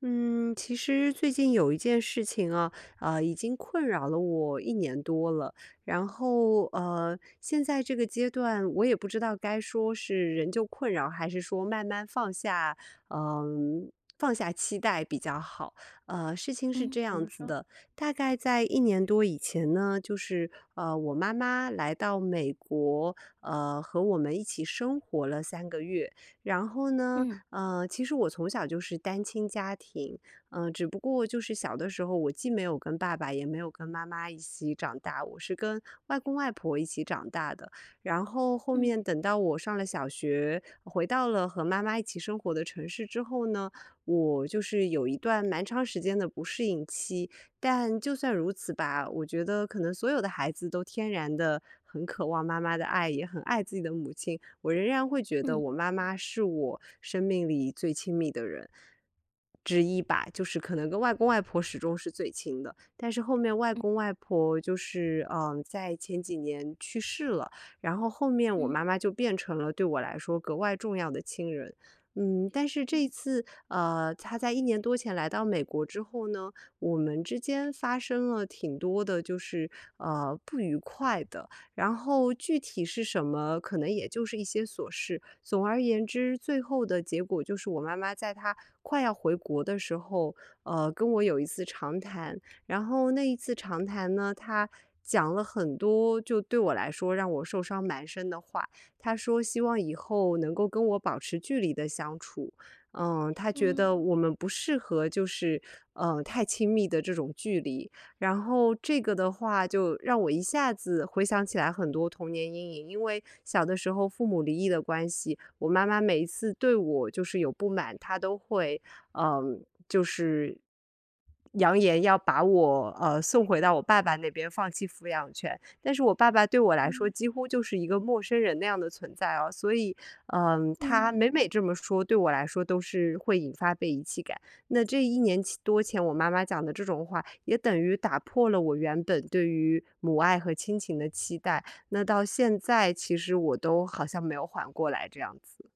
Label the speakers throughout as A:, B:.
A: 嗯，其实最近有一件事情啊，已经困扰了我一年多了。然后，现在这个阶段，我也不知道该说是仍旧困扰，还是说慢慢放下，嗯、放下期待比较好。事情是
B: 嗯，
A: 这
B: 怎
A: 样
B: 么
A: 子
B: 说？
A: 的，大概在一年多以前呢，就是我妈妈来到美国，和我们一起生活了3个月。然后呢，
B: 嗯
A: 其实我从小就是单亲家庭，只不过就是小的时候，我既没有跟爸爸，也没有跟妈妈一起长大，我是跟外公外婆一起长大的。然后后
B: 嗯
A: 面等到我上了小学，回到了和妈妈一起生活的城市之后呢，我就是有一段蛮长时间的不适应期，但就算如此吧，我觉得可能所有的孩子都天然的很渴望妈妈的爱，也很爱自己的母亲。我仍然会觉得
B: 嗯
A: 我妈妈是我生命里最亲密的人之一吧，就是可能跟外公外婆始终是最亲的。但是后面外
B: 嗯
A: 公外婆就是，在前几年去世了，然后后面我
B: 嗯
A: 妈妈就变成了对我来说格外重要的亲人。但是这
B: 嗯
A: 一次，她在一年多前来到美国之后呢，我们之间发生了挺多的，就是不愉快的。然后具体是什么，可能也就是一些琐事。总而言之，最后的结果就是我妈妈在她快要回国的时候，跟我有一次长谈。然后那一次长谈呢，她讲了很多，就对我来说让我受伤蛮深的话。她说希望以后能够跟我保持距离的相处，他觉
B: 嗯
A: 得我们不适合就是，太亲密的这种距离。然后这个的话就让我一下子回想起来很多童年阴影，因为小的时候父母离异的关系，我妈妈每一次对我就是有不满，她都会，就是扬言要把我，送回到我爸爸那边，放弃抚养权。但是我爸爸对我来说
B: 嗯
A: 几乎就是一个陌生人那样的存在哦，所以，
B: 嗯。
A: 他每每这么说，对我来说都是会引发被遗弃感。那这一年期多前，我妈妈讲的这种话，也等于打破了我原本对于母爱和亲情的期待。那到现在，其实我都好像没有缓过来这样子。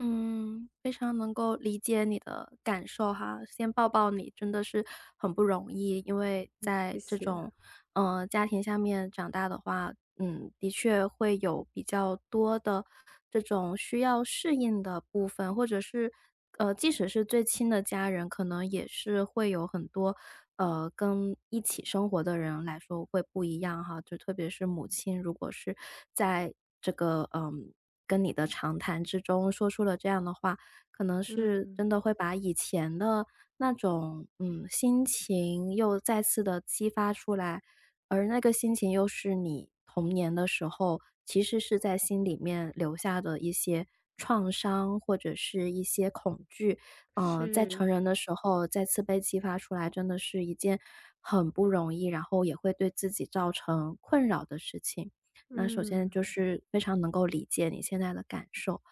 B: 嗯，非常能够理解你的感受哈，先抱抱你，真的是很不容易。因为在
A: 谢
B: 这
A: 谢。
B: 种，家庭下面长大的话，的确会有比较多的这种需要适应的部分，或者是，即使是最亲的家人，可能也是会有很多，跟一起生活的人来说会不一样哈。就特别是母亲，如果是在这个，跟你的长谈之中说出了这样的话，可能是
A: 嗯，
B: 真的会把以前的那种，心情又再次的激发出来，而那个心情又是你童年的时候，其实是在心里面留下的一些创伤或者是一些恐惧，在成
A: 是，
B: 人的时候再次被激发出来，真的是一件很不容易，然后也会对自己造成困扰的事情。那首先
A: 嗯。
B: 就是非常能够理解你现在的感受。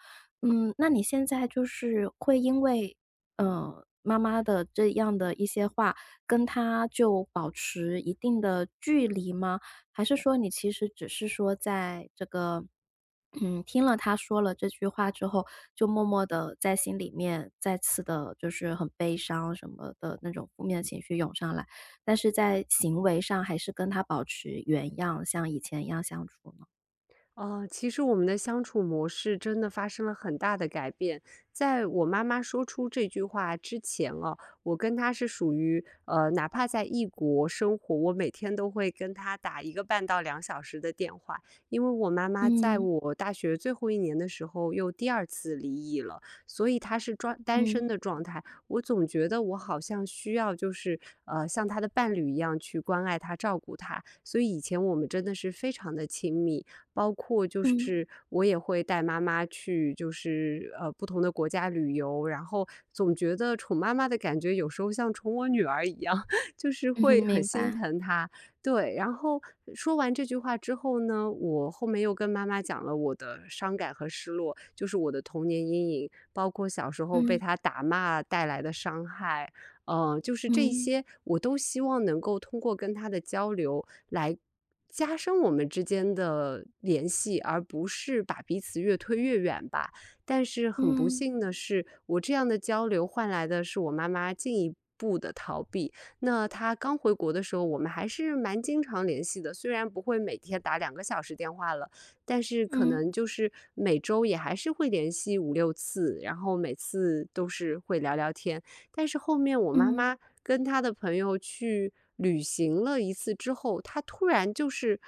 B: 那你现在就是会因为，妈妈的这样的一些话，跟他就保持一定的距离吗？还是说你其实只是说在这个，听了他说了这句话之后，就默默的在心里面再次的就是很悲伤什么的那种负面情绪涌上来，但是在行为上还是跟他保持原样，像以前一样相处呢？
A: 其实我们的相处模式真的发生了很大的改变。在我妈妈说出这句话之前哦，我跟她是属于哪怕在异国生活，我每天都会跟她打一个半到两小时的电话，因为我妈妈在
B: 嗯，
A: 我大学最后一年的时候又第二次离异了，所以她是专单身
B: 嗯，
A: 的状态。我总觉得我好像需要就是像她的伴侣一样去关爱她、照顾她，所以以前我们真的是非常的亲密。包括就
B: 嗯，
A: 是我也会带妈妈去，就是不同的国家旅游，然后总觉得宠妈妈的感觉有时候像宠我女儿一样，就是
B: 嗯哼
A: 会很
B: 明
A: 心
B: 白，
A: 疼她。对，然后说完这句话之后呢，我后面又跟妈妈讲了我的伤感和失落，就是我的童年阴影，包括小时候被
B: 嗯，
A: 她打骂带来的伤害，就是这一
B: 嗯，
A: 些，我都希望能够通过跟他的交流来加深我们之间的联系，而不是把彼此越推越远吧。但是很不
B: 嗯，
A: 幸的是，我这样的交流换来的是我妈妈进一步的逃避。那她刚回国的时候，我们还是蛮经常联系的，虽然不会每天打2个小时电话了，但是可
B: 嗯，
A: 能就是每周也还是会联系五六次，然后每次都是会聊聊天。但是后面我妈
B: 嗯，
A: 妈跟她的朋友去旅行了一次之后，她突然就是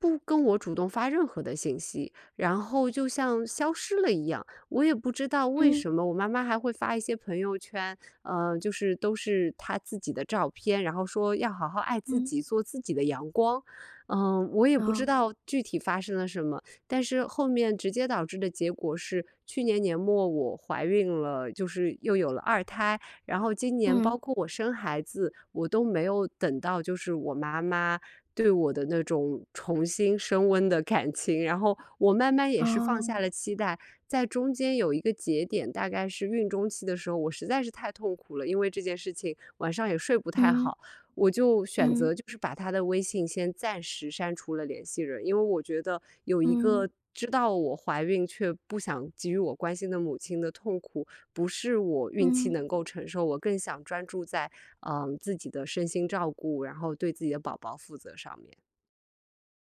A: 不跟我主动发任何的信息，然后就像消失了一样。我也不知道为
B: 嗯，
A: 什么，我妈妈还会发一些朋友圈，就是都是她自己的照片，然后说要好好爱自
B: 嗯，
A: 己，做自己的阳光。我也不
B: 哦，
A: 知道具体发生了什么。但是后面直接导致的结果是，去年年末我怀孕了，就是又有了二胎，然后今年
B: 嗯，
A: 包括我生孩子，我都没有等到就是我妈妈对我的那种重新升温的感情，然后我慢慢也是放
B: 哦，
A: 下了期待，在中间有一个节点，大概是孕中期的时候，我实在是太痛苦了，因为这件事情晚上也睡不太
B: 嗯，
A: 好。我就选
B: 嗯，
A: 择就是把他的微信先暂时删除了联系人，因为我觉得有一
B: 嗯，
A: 个知道我怀孕却不想给予我关心的母亲的痛苦，不是我孕期
B: 嗯，
A: 能够承受，我更想专注在自己的身心照顾，然后对自己的宝宝负责上面。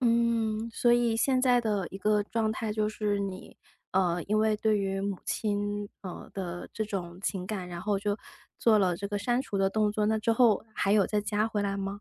B: 嗯，所以现在的一个状态就是你，因为对于母亲，的这种情感，然后就做了这个删除的动作，那之后还有再加回来吗？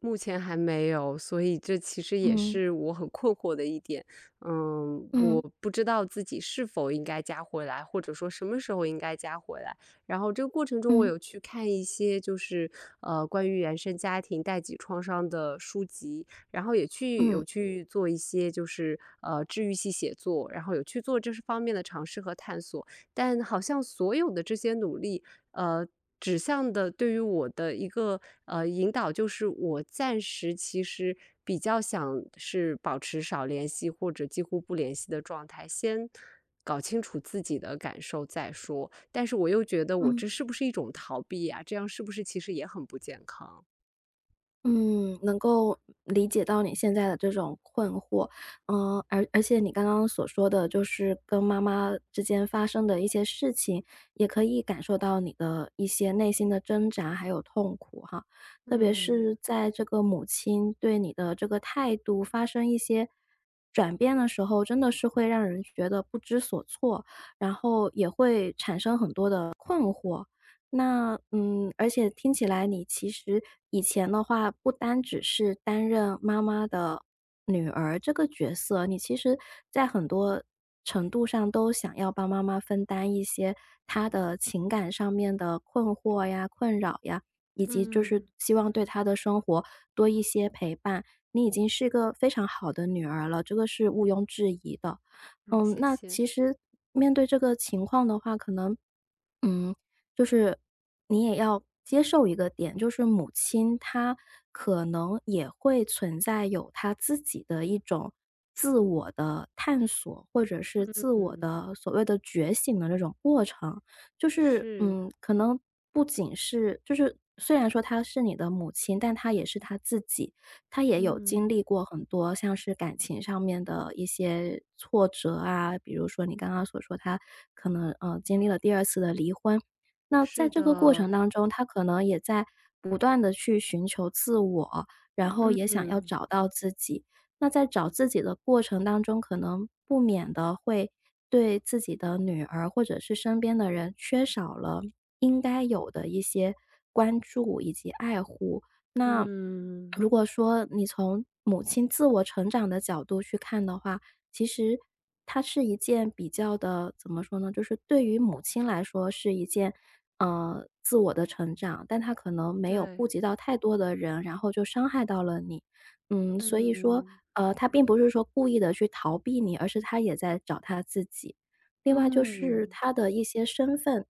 A: 目前还没有，所以这其实也
B: 嗯，
A: 是我很困惑的一点。我
B: 嗯，
A: 不知道自己是否应该加回来，或者说什么时候应该加回来。然后这个过程中，我
B: 嗯，
A: 有去看一些就是关于原生家庭代际创伤的书籍，然后也去
B: 嗯，
A: 有去做一些就是治愈系写作，然后有去做这方面的尝试和探索。但好像所有的这些努力，呃，指向的对于我的一个引导，就是我暂时其实比较想是保持少联系或者几乎不联系的状态，先搞清楚自己的感受再说。但是我又觉得我
B: 嗯。
A: 这是不是一种逃避呀、这样是不是其实也很不健康？
B: 嗯，能够理解到你现在的这种困惑，而且你刚刚所说的，就是跟妈妈之间发生的一些事情，也可以感受到你的一些内心的挣扎还有痛苦哈。特别
A: 嗯
B: 是在这个母亲对你的这个态度发生一些转变的时候，真的是会让人觉得不知所措，然后也会产生很多的困惑。那而且听起来你其实以前的话，不单只是担任妈妈的女儿这个角色，你其实在很多程度上都想要帮妈妈分担一些她的情感上面的困惑呀、困扰呀，以及就是
A: 嗯
B: 希望对她的生活多一些陪伴。你已经是个非常好的女儿了，这个是毋庸置疑的。
A: 嗯，谢
B: 那
A: 谢。
B: 其实面对这个情况的话，可能。嗯，就是你也要接受一个点，就是母亲她可能也会存在有她自己的一种自我的探索，或者是自我
A: 嗯
B: 的所谓的觉醒的这种过程。就是，
A: 是，
B: 可能不仅是就是虽然说她是你的母亲，但她也是她自己，她也有经
A: 嗯
B: 历过很多像是感情上面的一些挫折啊，比如说你刚刚所说她可能，经历了第二次的离婚。那在
A: 是
B: 这个过
A: 的，
B: 程当中，他可能也在不断的去寻求自我，然后也想要
A: 嗯
B: 找到自己。那在找自己的过程当中，可能不免的会对自己的女儿或者是身边的人缺少了应该有的一些关注以及爱护。那
A: 嗯。
B: 如果说你从母亲自我成长的角度去看的话，其实它是一件比较的怎么说呢，就是对于母亲来说是一件，自我的成长，但她可能没有
A: 对，
B: 顾及到太多的人，然后就伤害到了你。所以说，
A: 嗯，
B: 她并不是说故意的去逃避你，而是她也在找她自己。另外就是
A: 嗯，
B: 他的一些身份，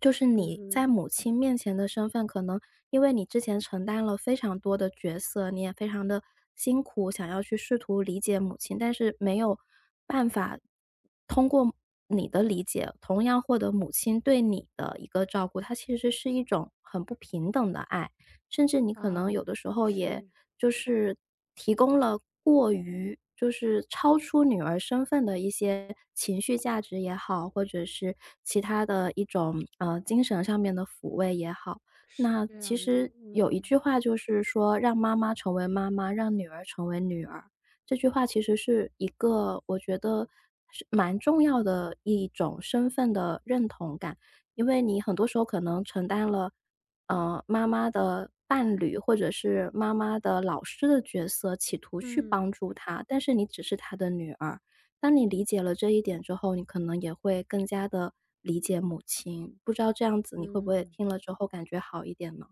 B: 就是
A: 嗯
B: 你在
A: 嗯
B: 母亲面前的身份，可能因为你之前承担了非常多的角色，你也非常的辛苦，想要去试图理解母亲，但是没有办法通过你的理解，同样获得母亲对你的一个照顾，它其实是一种很不平等的爱。甚至你可能有
A: 啊，
B: 的时候也
A: 是，
B: 就是提供了过于就是超出女儿身份的一些情绪价值也好，或者是其他的一种，精神上面的抚慰也好。
A: 是
B: 那
A: 这
B: 其
A: 样的，
B: 实有一
A: 嗯，
B: 句话就是说“让妈妈成为妈妈，让女儿成为女儿”，这句话其实是一个我觉得是蛮重要的一种身份的认同感。因为你很多时候可能承担了妈妈的伴侣或者是妈妈的老师的角色，企图去帮
A: 嗯，
B: 助她，但是你只是她的女儿。当你理解了这一点之后，你可能也会更加的理解母亲，不知道这样子你会不会
A: 嗯，
B: 听了之后感觉好一点呢？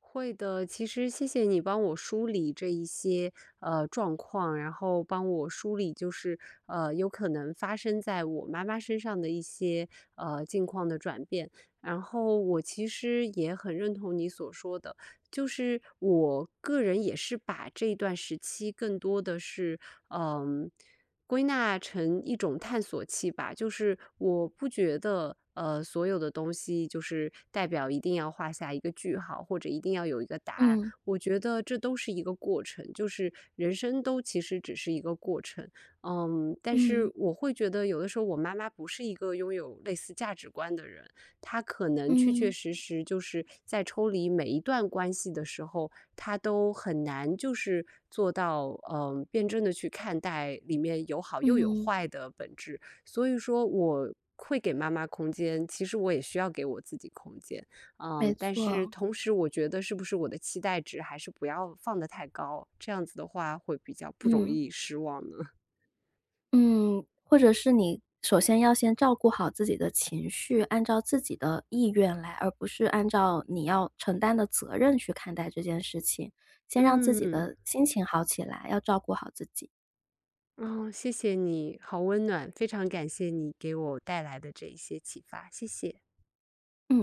A: 会的。其实谢谢你帮我梳理这一些，状况，然后帮我梳理就是，有可能发生在我妈妈身上的一些，境况的转变。然后我其实也很认同你所说的，就是我个人也是把这一段时期更多的是，嗯、归纳成一种探索器吧，就是我不觉得，所有的东西就是代表一定要画下一个句号，或者一定要有一个答案。
B: 嗯，
A: 我觉得这都是一个过程，就是人生都其实只是一个过程。但
B: 嗯，
A: 是我会觉得有的时候我妈妈不是一个拥有类似价值观的人，他可能确确
B: 嗯，
A: 实实就是在抽离每一段关系的时候，他都很难就是做到，辩证的去看待里面有好又有
B: 嗯，
A: 坏的本质。所以说我会给妈妈空间，其实我也需要给我自己空间。
B: 没
A: 但是
B: 错，
A: 同时我觉得是不是我的期待值还是不要放得太高，这样子的话会比较不容
B: 嗯。
A: 易失望呢？
B: 嗯，或者是你首先要先照顾好自己的情绪，按照自己的意愿来，而不是按照你要承担的责任去看待这件事情。先让自己
A: 嗯。
B: 的心情好起来，要照顾好自己。
A: 哦，谢谢你，好温暖，非常感谢你给我带来的这一些启发，谢谢。
B: 嗯。